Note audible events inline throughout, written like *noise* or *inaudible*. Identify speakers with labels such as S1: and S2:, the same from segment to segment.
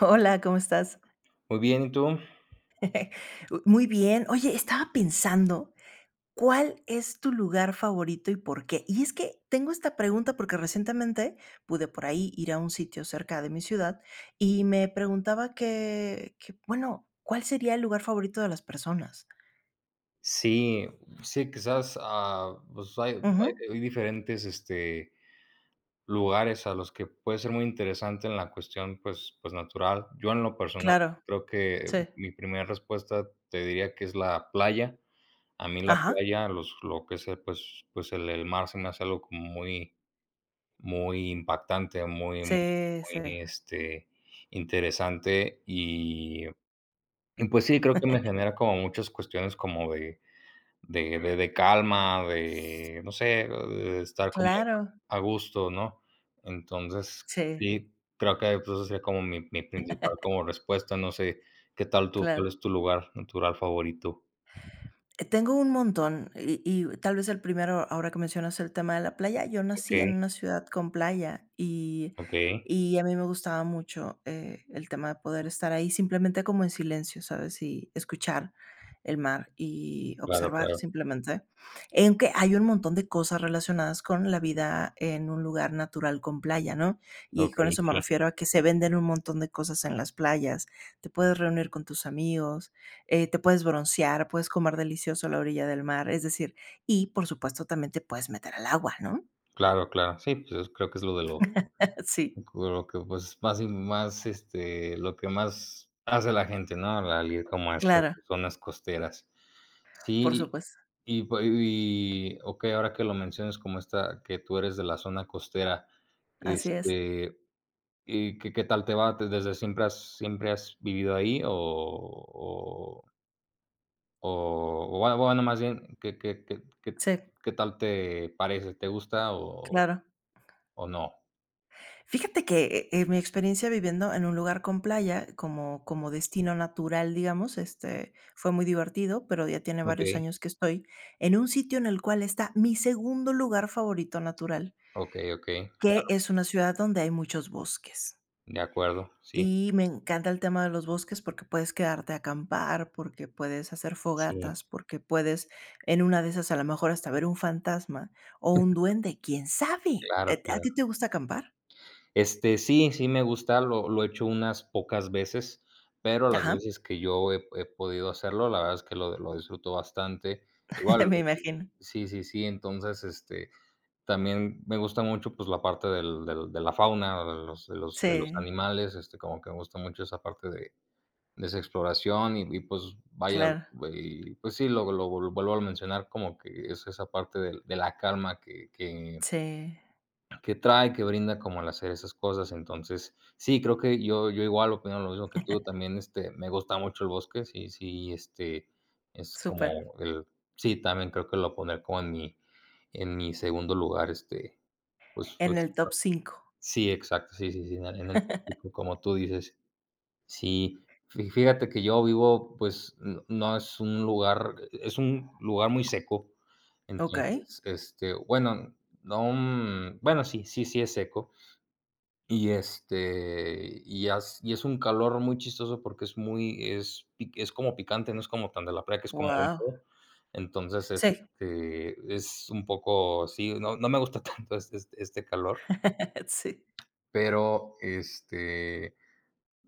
S1: Hola, ¿cómo estás?
S2: Muy bien, ¿y tú?
S1: *laughs* Muy bien. Oye, estaba pensando, ¿cuál es tu lugar favorito y por qué? Y es que tengo esta pregunta porque recientemente pude por ahí ir a un sitio cerca de mi ciudad y me preguntaba que, bueno, ¿cuál sería el lugar favorito de las personas?
S2: Sí, sí, quizás, pues, hay hay
S1: Ujú,
S2: hay diferentes, lugares a los que puede ser muy interesante en la cuestión, pues, natural. Yo, en lo personal,
S1: claro,
S2: creo que
S1: sí.
S2: mi primera respuesta te diría que es la playa. A mí la
S1: Ajá,
S2: playa, los lo que es, el pues, el mar se me hace algo como muy muy impactante,
S1: sí, sí.
S2: muy, interesante, y pues sí, creo que me genera como muchas cuestiones como de De calma, de, no sé, de estar como
S1: Claro,
S2: a gusto, ¿no? Entonces,
S1: sí,
S2: sí, creo que pues, esa sería como mi principal como respuesta, no sé, ¿qué tal tú? ¿Cuál
S1: claro.
S2: es tu lugar natural favorito?
S1: Tengo un montón y tal vez el primero, ahora que mencionas el tema de la playa, yo nací
S2: Okey,
S1: en una ciudad con playa y
S2: okey,
S1: y a mí me gustaba mucho, el tema de poder estar ahí simplemente como en silencio, ¿sabes? Y escuchar el mar y
S2: claro,
S1: observar
S2: claro,
S1: simplemente. Aunque hay un montón de cosas relacionadas con la vida en un lugar natural con playa, ¿no? Y con
S2: okey,
S1: eso me
S2: sí,
S1: refiero a que se venden un montón de cosas en las playas, te puedes reunir con tus amigos, te puedes broncear, puedes comer delicioso a la orilla del mar, es decir, y por supuesto también te puedes meter al agua, ¿no?
S2: claro, claro. Sí, pues, creo que es lo de lo
S1: *laughs* Sí,
S2: Lo que, pues, más y más, lo que más hace la gente, ¿no? Al ir como a estas
S1: claro,
S2: zonas costeras.
S1: por
S2: Sí,
S1: supuesto,
S2: y pue y ok, ahora que lo mencionas como esta que tú eres de la zona costera,
S1: así es.
S2: este, ¿y qué tal te va? ¿Desde siempre has vivido ahí o bueno más bien,
S1: Sí,
S2: qué tal te parece? ¿Te gusta o
S1: claro.
S2: no?
S1: Fíjate que, mi experiencia viviendo en un lugar con playa como destino natural, digamos, fue muy divertido, pero ya tiene
S2: Ok,
S1: varios años que estoy en un sitio en el cual está mi segundo lugar favorito natural,
S2: ok
S1: que
S2: claro.
S1: es una ciudad donde hay muchos bosques.
S2: De acuerdo, sí,
S1: Y me encanta el tema de los bosques porque puedes quedarte a acampar, porque puedes hacer
S2: sí,
S1: fogatas, porque puedes en una de esas a lo mejor hasta ver un fantasma o un duende, quién sabe.
S2: claro,
S1: ¿A ti
S2: claro.
S1: te gusta acampar?
S2: Sí, sí me gusta, lo he hecho unas pocas veces, pero las
S1: Ajá,
S2: veces que yo he podido hacerlo, la verdad es que lo disfruto bastante.
S1: *laughs*
S2: Igual
S1: me imagino.
S2: sí, sí, sí, entonces, también me gusta mucho, pues, la parte del del de la fauna, de los
S1: Sí,
S2: animales, como que me gusta mucho esa parte de esa exploración y pues, vaya,
S1: claro,
S2: y, pues sí, lo vuelvo a mencionar, como que es esa parte de la calma que
S1: sí,
S2: que trae, que brinda como al hacer esas cosas. Entonces, sí, creo que yo igual opino lo mismo que tú, también, me gusta mucho el bosque, sí, sí, es
S1: súper.
S2: como el sí, también creo que lo poner como en mi segundo lugar, pues
S1: En
S2: pues
S1: el top cinco
S2: sí, exacto, sí, sí, sí, en el
S1: *laughs*
S2: tópico, como tú dices. Sí, fi fíjate que yo vivo, pues, no es un lugar, es un lugar muy seco,
S1: Okey,
S2: entonces, bueno, no, bueno, sí, sí, sí es seco, y, y as y es un calor muy chistoso porque es muy es pi es como picante, no es como tan de la playa, que es como
S1: wow.
S2: húmedo. Entonces, es,
S1: Sí,
S2: es un poco sí, no me gusta *laughs* tanto este calor,
S1: *laughs* sí.
S2: pero,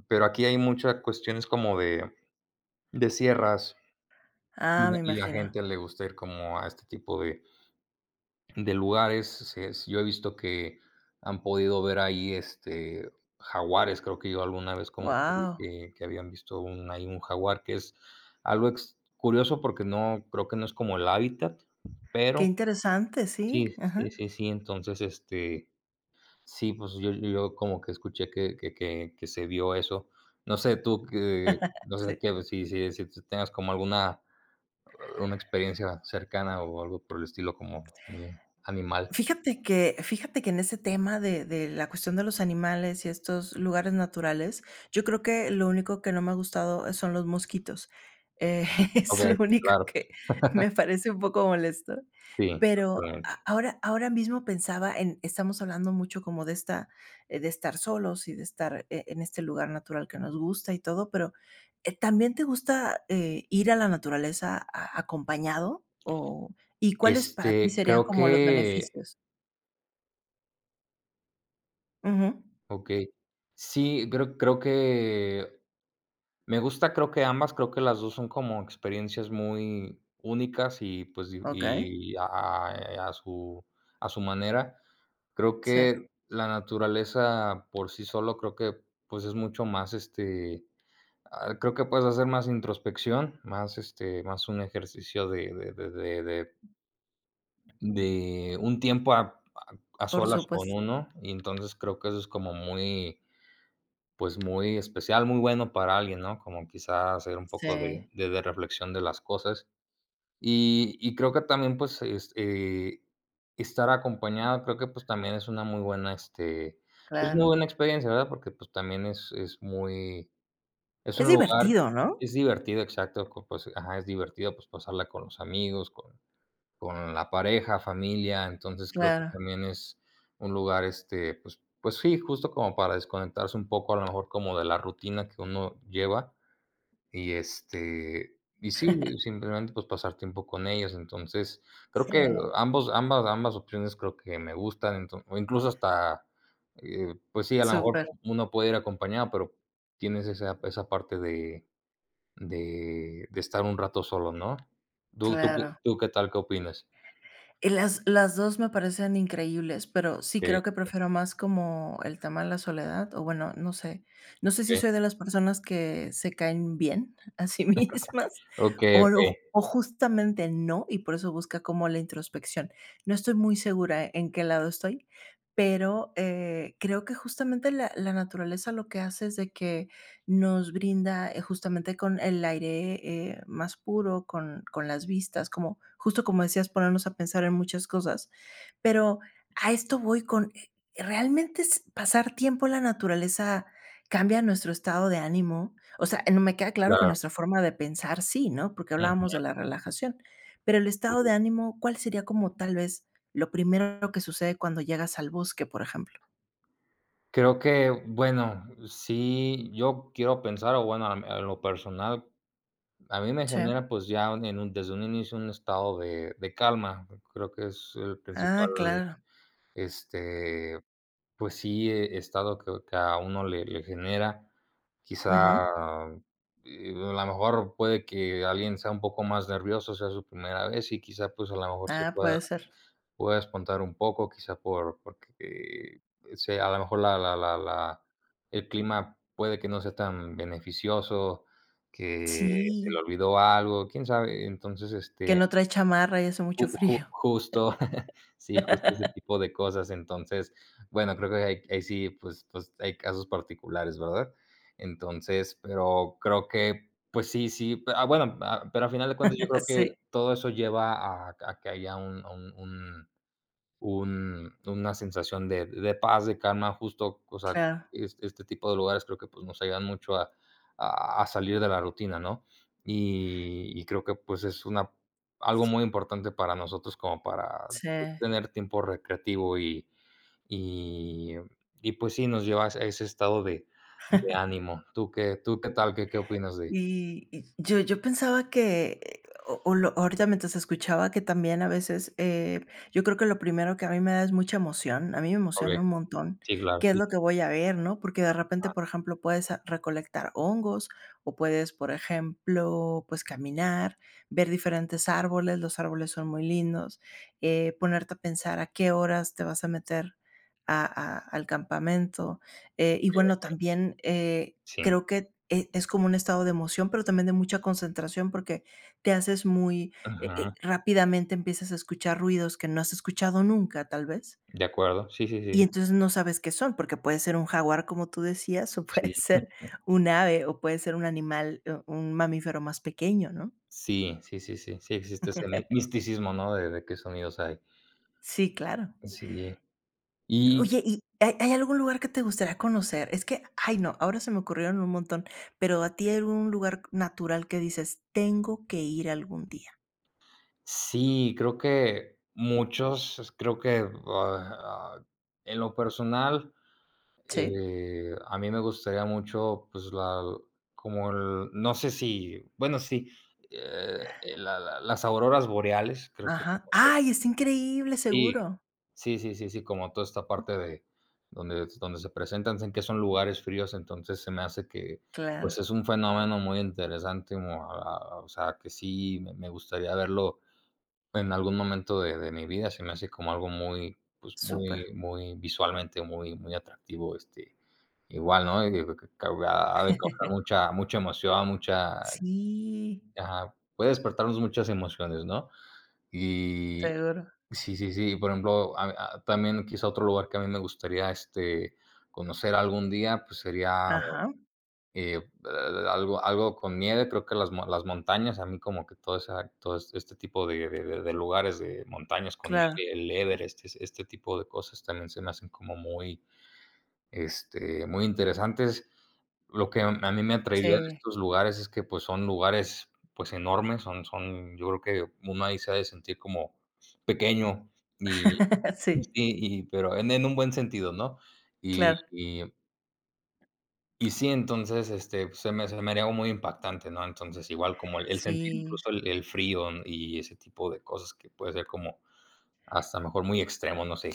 S2: pero aquí hay muchas cuestiones como de sierras, y
S1: Ah, me
S2: la
S1: imagino.
S2: gente le gusta ir como a este tipo de lugares. Yo he visto que han podido ver ahí jaguares, creo que yo alguna vez como que,
S1: Wow,
S2: que habían visto un, ahí un jaguar, que es algo curioso porque no creo que no es como el hábitat,
S1: qué
S2: pero
S1: interesante, sí,
S2: sí, sí,
S1: ajá,
S2: sí, sí, entonces este sí, pues yo como que escuché que, que se vio eso. No sé tú que no sé
S1: sí.
S2: qué pues, si, si, si tú tengas como alguna una experiencia cercana o algo por el estilo como animal.
S1: Fíjate que en ese tema de la cuestión de los animales y estos lugares naturales, yo creo que lo único que no me ha gustado, son los mosquitos. Eh, *laughs*
S2: Ok,
S1: es lo único
S2: claro.
S1: que me parece un poco molesto.
S2: Sí,
S1: Pero
S2: totalmente.
S1: a ahora ahora mismo pensaba en estamos hablando mucho como de esta de estar solos y de estar e en este lugar natural que nos gusta y todo, pero, ¿también te gusta, ir a la naturaleza a acompañado o y cuáles para ti serían
S2: Creo
S1: como los
S2: que
S1: beneficios? Ujú.
S2: okey. Sí, creo que me gusta, creo que ambas, creo que las 2 son como experiencias muy únicas y, pues, di
S1: Okey.
S2: y a su manera. Creo
S1: Sí,
S2: que la naturaleza por sí solo, creo que, pues, es mucho más, creo que puedes hacer más introspección, más, más un ejercicio de un tiempo a
S1: por
S2: solas con
S1: supuesto.
S2: uno, y entonces creo que eso es como muy, pues, muy especial, muy bueno para alguien, ¿no? Como quizá hacer un
S1: Sí,
S2: poco de reflexión de las cosas. Y creo que también, pues, es, estar acompañado, creo que, pues, también es una muy buena, pues, muy
S1: claro.
S2: buena experiencia, ¿verdad? Porque, pues, también es muy es
S1: Es
S2: un lugar
S1: divertido, ¿no?
S2: es divertido, exacto, co pues, ajá, es divertido, pues, pasarla con los amigos, con la pareja, familia, entonces creo que
S1: Claro,
S2: también es un lugar, pues sí, justo como para desconectarse un poco, a lo mejor como de la rutina que uno lleva y, y sí, simplemente, pues, pasar tiempo con ellos. Entonces, creo que
S1: sí,
S2: claro, ambos ambas ambas opciones creo que me gustan, entonces o incluso hasta, pues sí, a lo mejor
S1: súper,
S2: uno puede ir acompañado, pero tienes esa parte de estar un rato solo, ¿no? ¿Tú claro,
S1: claro.
S2: tú qué tal? ¿Qué opinas?
S1: Y las 2 me parecen increíbles, pero sí creo que prefiero más como el tema de la soledad, o bueno, no sé. No sé si
S2: Okey,
S1: soy de las personas que se caen bien *laughs* a sí mismas,
S2: okey,
S1: o justamente no, y por eso busca como la introspección. No estoy muy segura en qué lado estoy, pero, creo que justamente la naturaleza lo que hace es de que nos brinda, justamente con el aire, más puro, con las vistas, como justo como decías, ponernos a pensar en muchas cosas. Pero a esto voy con, ¿realmente s pasar tiempo en la naturaleza cambia nuestro estado de ánimo? O sea, no me queda claro que
S2: claro.
S1: nuestra forma de pensar sí, ¿no? Porque
S2: Ujú,
S1: hablábamos de la relajación, pero el
S2: sí,
S1: estado de
S2: sí.
S1: ánimo, ¿cuál sería como tal vez lo primero que sucede cuando llegas al bosque, por ejemplo?
S2: Creo que, bueno, sí, yo quiero pensar, o bueno, a lo personal, a mí me
S1: Sí.
S2: genera, pues, ya en un desde un inicio un estado de calma. Creo que es el principal,
S1: Ah, claro.
S2: este, pues sí, estado que a uno le genera.
S1: Ujú.
S2: Quizá, a la mejor puede que alguien sea un poco más nervioso, sea su primera vez y quizá, pues, a la mejor se
S1: Ah,
S2: pueda
S1: puede ser.
S2: pueda descontar un poco, quizás porque se a lo mejor la la la la el clima puede que no sea tan beneficioso, que se le
S1: Sí,
S2: olvidó algo, quién sabe. Entonces,
S1: que no trae chamarra y hace
S2: ju
S1: mucho
S2: ju
S1: frío.
S2: justo, *laughs* sí, justo ese
S1: *laughs*
S2: tipo de cosas. Entonces, bueno, creo que ahí sí, pues pues hay casos particulares, ¿verdad? Entonces, pero creo que, pues sí, sí, bueno, pero al final de cuentas yo creo que
S1: Sí,
S2: todo eso lleva a que haya un a un un una sensación de paz, de calma, justo, o sea,
S1: claro,
S2: es este tipo de lugares creo que, pues, nos ayudan mucho a a salir de la rutina, ¿no? Y creo que, pues, es una algo muy importante para nosotros como para
S1: sí.
S2: tener tiempo recreativo y y y, pues sí, nos lleva a ese estado de ánimo. ¿Tú qué tal? ¿Qué opinas de?
S1: Y yo pensaba que, o lo ahorita mientras escuchaba que también a veces, yo creo que lo primero que a mí me da es mucha emoción, a mí me
S2: Okey.
S1: emociona un montón
S2: Sí, claro,
S1: qué es
S2: sí,
S1: lo que voy a ver, ¿no? Porque de repente, por ejemplo, puedes a recolectar hongos, o puedes, por ejemplo, pues, caminar, ver diferentes árboles, los árboles son muy lindos, ponerte a pensar a qué horas te vas a meter a al campamento, y bueno,
S2: sí,
S1: también,
S2: sí.
S1: creo que es como un estado de emoción, pero también de mucha concentración, porque te haces muy
S2: Ujú.
S1: rápidamente empiezas a escuchar ruidos que no has escuchado nunca, tal vez,
S2: De acuerdo. Sí, sí,
S1: y
S2: sí,
S1: entonces no sabes qué son, porque puede ser un jaguar, como tú decías, *laughs* o
S2: sí.
S1: puede ser un ave, o puede ser un animal, un mamífero más pequeño, ¿no?
S2: Sí, sí, sí, sí, sí existe ese mi
S1: *laughs*
S2: misticismo, ¿no? De qué sonidos hay.
S1: Sí, claro.
S2: Sí. Y
S1: Oye, ¿y hay algún lugar que te gustaría conocer? Es que, ay, no, ahora se me ocurrieron un montón, pero, ¿a ti hay algún lugar natural que dices: "Tengo que ir algún día"?
S2: sí, creo que muchos, creo que, ah, ah, en lo personal,
S1: ¿Sí?
S2: a mí me gustaría mucho, pues, la como el no sé si, bueno, sí, eh, la la las auroras boreales, creo que
S1: Ajá. ¡Ay, está increíble!
S2: sí.
S1: Seguro.
S2: Sí, sí, sí, sí, como toda esta parte de donde se presentan, sé que son lugares fríos, entonces se me hace que,
S1: Claro,
S2: pues, es un fenómeno muy interesante, como a o sea, que sí me gustaría verlo en algún momento de mi vida, se me hace como algo muy, pues,
S1: súper.
S2: muy muy visualmente muy atractivo, igual, ¿no? Y digo que ha de causar
S1: *laughs*
S2: mucha emoción, mucha
S1: Sí,
S2: ajá, puede despertarnos muchas emociones, ¿no? Y
S1: seguro.
S2: sí, sí, sí, por ejemplo, a también quizá otro lugar que a mí me gustaría, conocer algún día, pues, sería,
S1: Ajá,
S2: eh, algo con nieve, creo que las montañas, a mí como que todo esa este tipo de lugares de montañas con
S1: claro.
S2: nieve, el Everest, este tipo de cosas también se me hacen como muy muy interesantes. Lo que a mí me atraería de
S1: Sí.
S2: estos lugares es que, pues, son lugares, pues, enormes, son yo creo que uno ahí se ha de sentir como pequeño y
S1: *laughs*
S2: sí,
S1: Sí,
S2: pero en un buen sentido, ¿no? Y
S1: claro.
S2: y y sí, entonces, se me haría algo muy impactante, ¿no? Entonces, igual como el sentir
S1: Sí.
S2: incluso el frío y ese tipo de cosas que puede ser como hasta mejor muy extremo, no sé.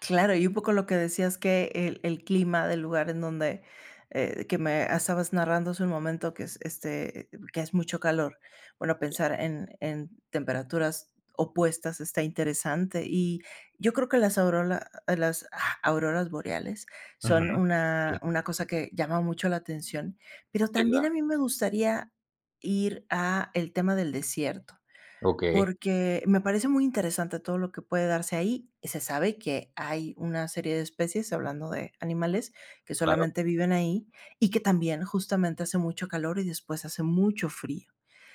S1: Claro, y un poco lo que decías que el clima del lugar en donde, que me estabas narrando hace un momento que es este que es mucho calor. Bueno, pensar en temperaturas opuestas está interesante. Y yo creo que las auroras, las ah, auroras boreales
S2: Ujú.
S1: son
S2: Sí,
S1: una cosa que llama mucho la atención. Pero
S2: sí,
S1: también
S2: claro.
S1: a mí me gustaría ir a el tema del desierto
S2: Okey,
S1: porque me parece muy interesante todo lo que puede darse ahí. Se sabe que hay una serie de especies, hablando de animales, que
S2: claro.
S1: solamente viven ahí y que también justamente hace mucho calor y después hace mucho frío.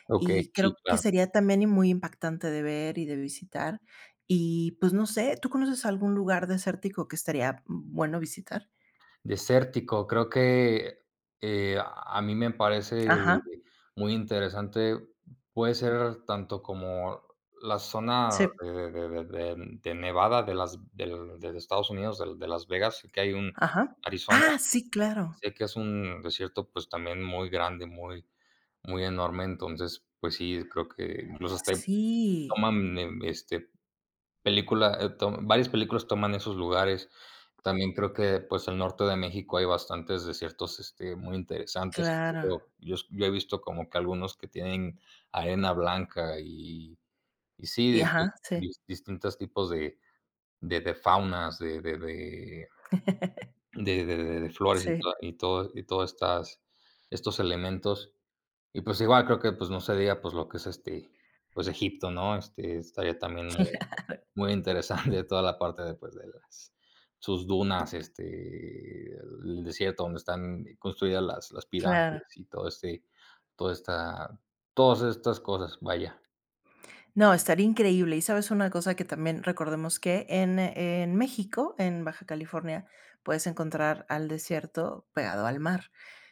S2: Okey,
S1: Y
S2: sí,
S1: creo que
S2: claro.
S1: sería también y muy impactante de ver y de visitar. Y pues no sé, ¿tú conoces algún lugar desértico que estaría bueno visitar?
S2: Desértico, creo que, a mí me parece
S1: Ajá,
S2: muy interesante. Puede ser tanto como la zona
S1: sí,
S2: de Nevada de las del de Estados Unidos, de Las Vegas, sé que hay un
S1: ajá.
S2: Arizona,
S1: Ah, sí, claro.
S2: sé que es un desierto, pues, también muy grande, muy muy enorme, entonces, pues sí, creo que incluso hasta ahí
S1: Sí,
S2: toman, Película, tom varias películas toman esos lugares. También creo que, pues, el norte de México hay bastantes desiertos, muy interesantes.
S1: claro.
S2: Incluso yo he visto como que algunos que tienen arena blanca y sí,
S1: Y
S2: de, pues,
S1: ajá, sí.
S2: distintos tipos de faunas,
S1: *laughs*
S2: de flores y
S1: Sí,
S2: toda y todo estas estos elementos. Y, pues, igual creo que, pues, no se diga, pues, lo que es, pues, Egipto, ¿no? Estaría también muy interesante *laughs* toda la parte de, pues, de las sus dunas, el desierto donde están construidas las
S1: claro.
S2: pirámides y todo este toda esta todas estas cosas, vaya.
S1: No, estaría increíble. Y sabes una cosa que también recordemos que en México, en Baja California, puedes encontrar al desierto pegado al mar.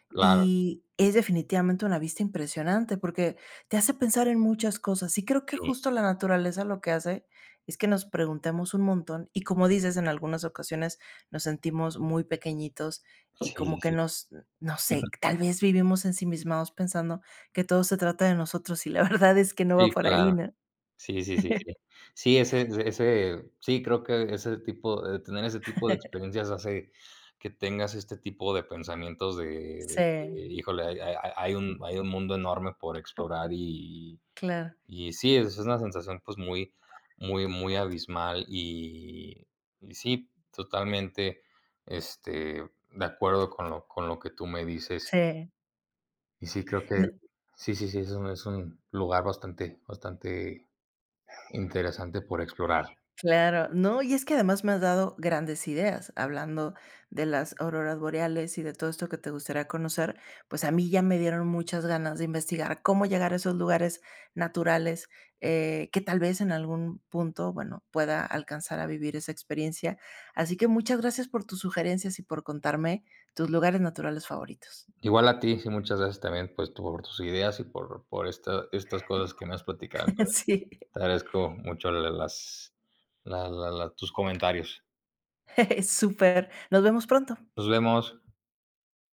S2: Claro,
S1: Y es definitivamente una vista impresionante porque te hace pensar en muchas cosas. Y creo que
S2: sí,
S1: justo la naturaleza lo que hace es que nos preguntemos un montón y como dices, en algunas ocasiones nos sentimos muy pequeñitos y
S2: sí,
S1: como
S2: sí,
S1: que
S2: sí.
S1: nos, no sé,
S2: *laughs*
S1: tal vez vivimos ensimismados pensando que todo se trata de nosotros y la *laughs* verdad es que no va
S2: Sí,
S1: por ahí,
S2: claro.
S1: ¿no?
S2: Sí, sí, sí, sí. Sí, sí, creo que ese tipo de tener ese tipo de experiencias hace que tengas este tipo de pensamientos de que,
S1: Sí,
S2: híjole, hay un mundo enorme por explorar y
S1: claro,
S2: Sí, es una sensación, pues, muy, muy, muy abismal y sí, totalmente, de acuerdo con lo que tú me dices.
S1: sí,
S2: Y sí, creo que
S1: n
S2: sí, sí, sí, es un lugar bastante bastante interesante por explorar.
S1: claro. No, y es que además me has dado grandes ideas, hablando de las auroras boreales y de todo esto que te gustaría conocer, pues a mí ya me dieron muchas ganas de investigar cómo llegar a esos lugares naturales, que tal vez en algún punto, bueno, pueda alcanzar a vivir esa experiencia. Así que muchas gracias por tus sugerencias y por contarme tus lugares naturales favoritos.
S2: Igual a ti, sí, muchas gracias también, pues, tú por tus ideas y por esta estas cosas que me has platicado.
S1: *laughs*
S2: Entonces,
S1: Sí,
S2: te agradezco mucho la tus comentarios.
S1: *laughs* súper. Nos vemos pronto.
S2: Nos vemos.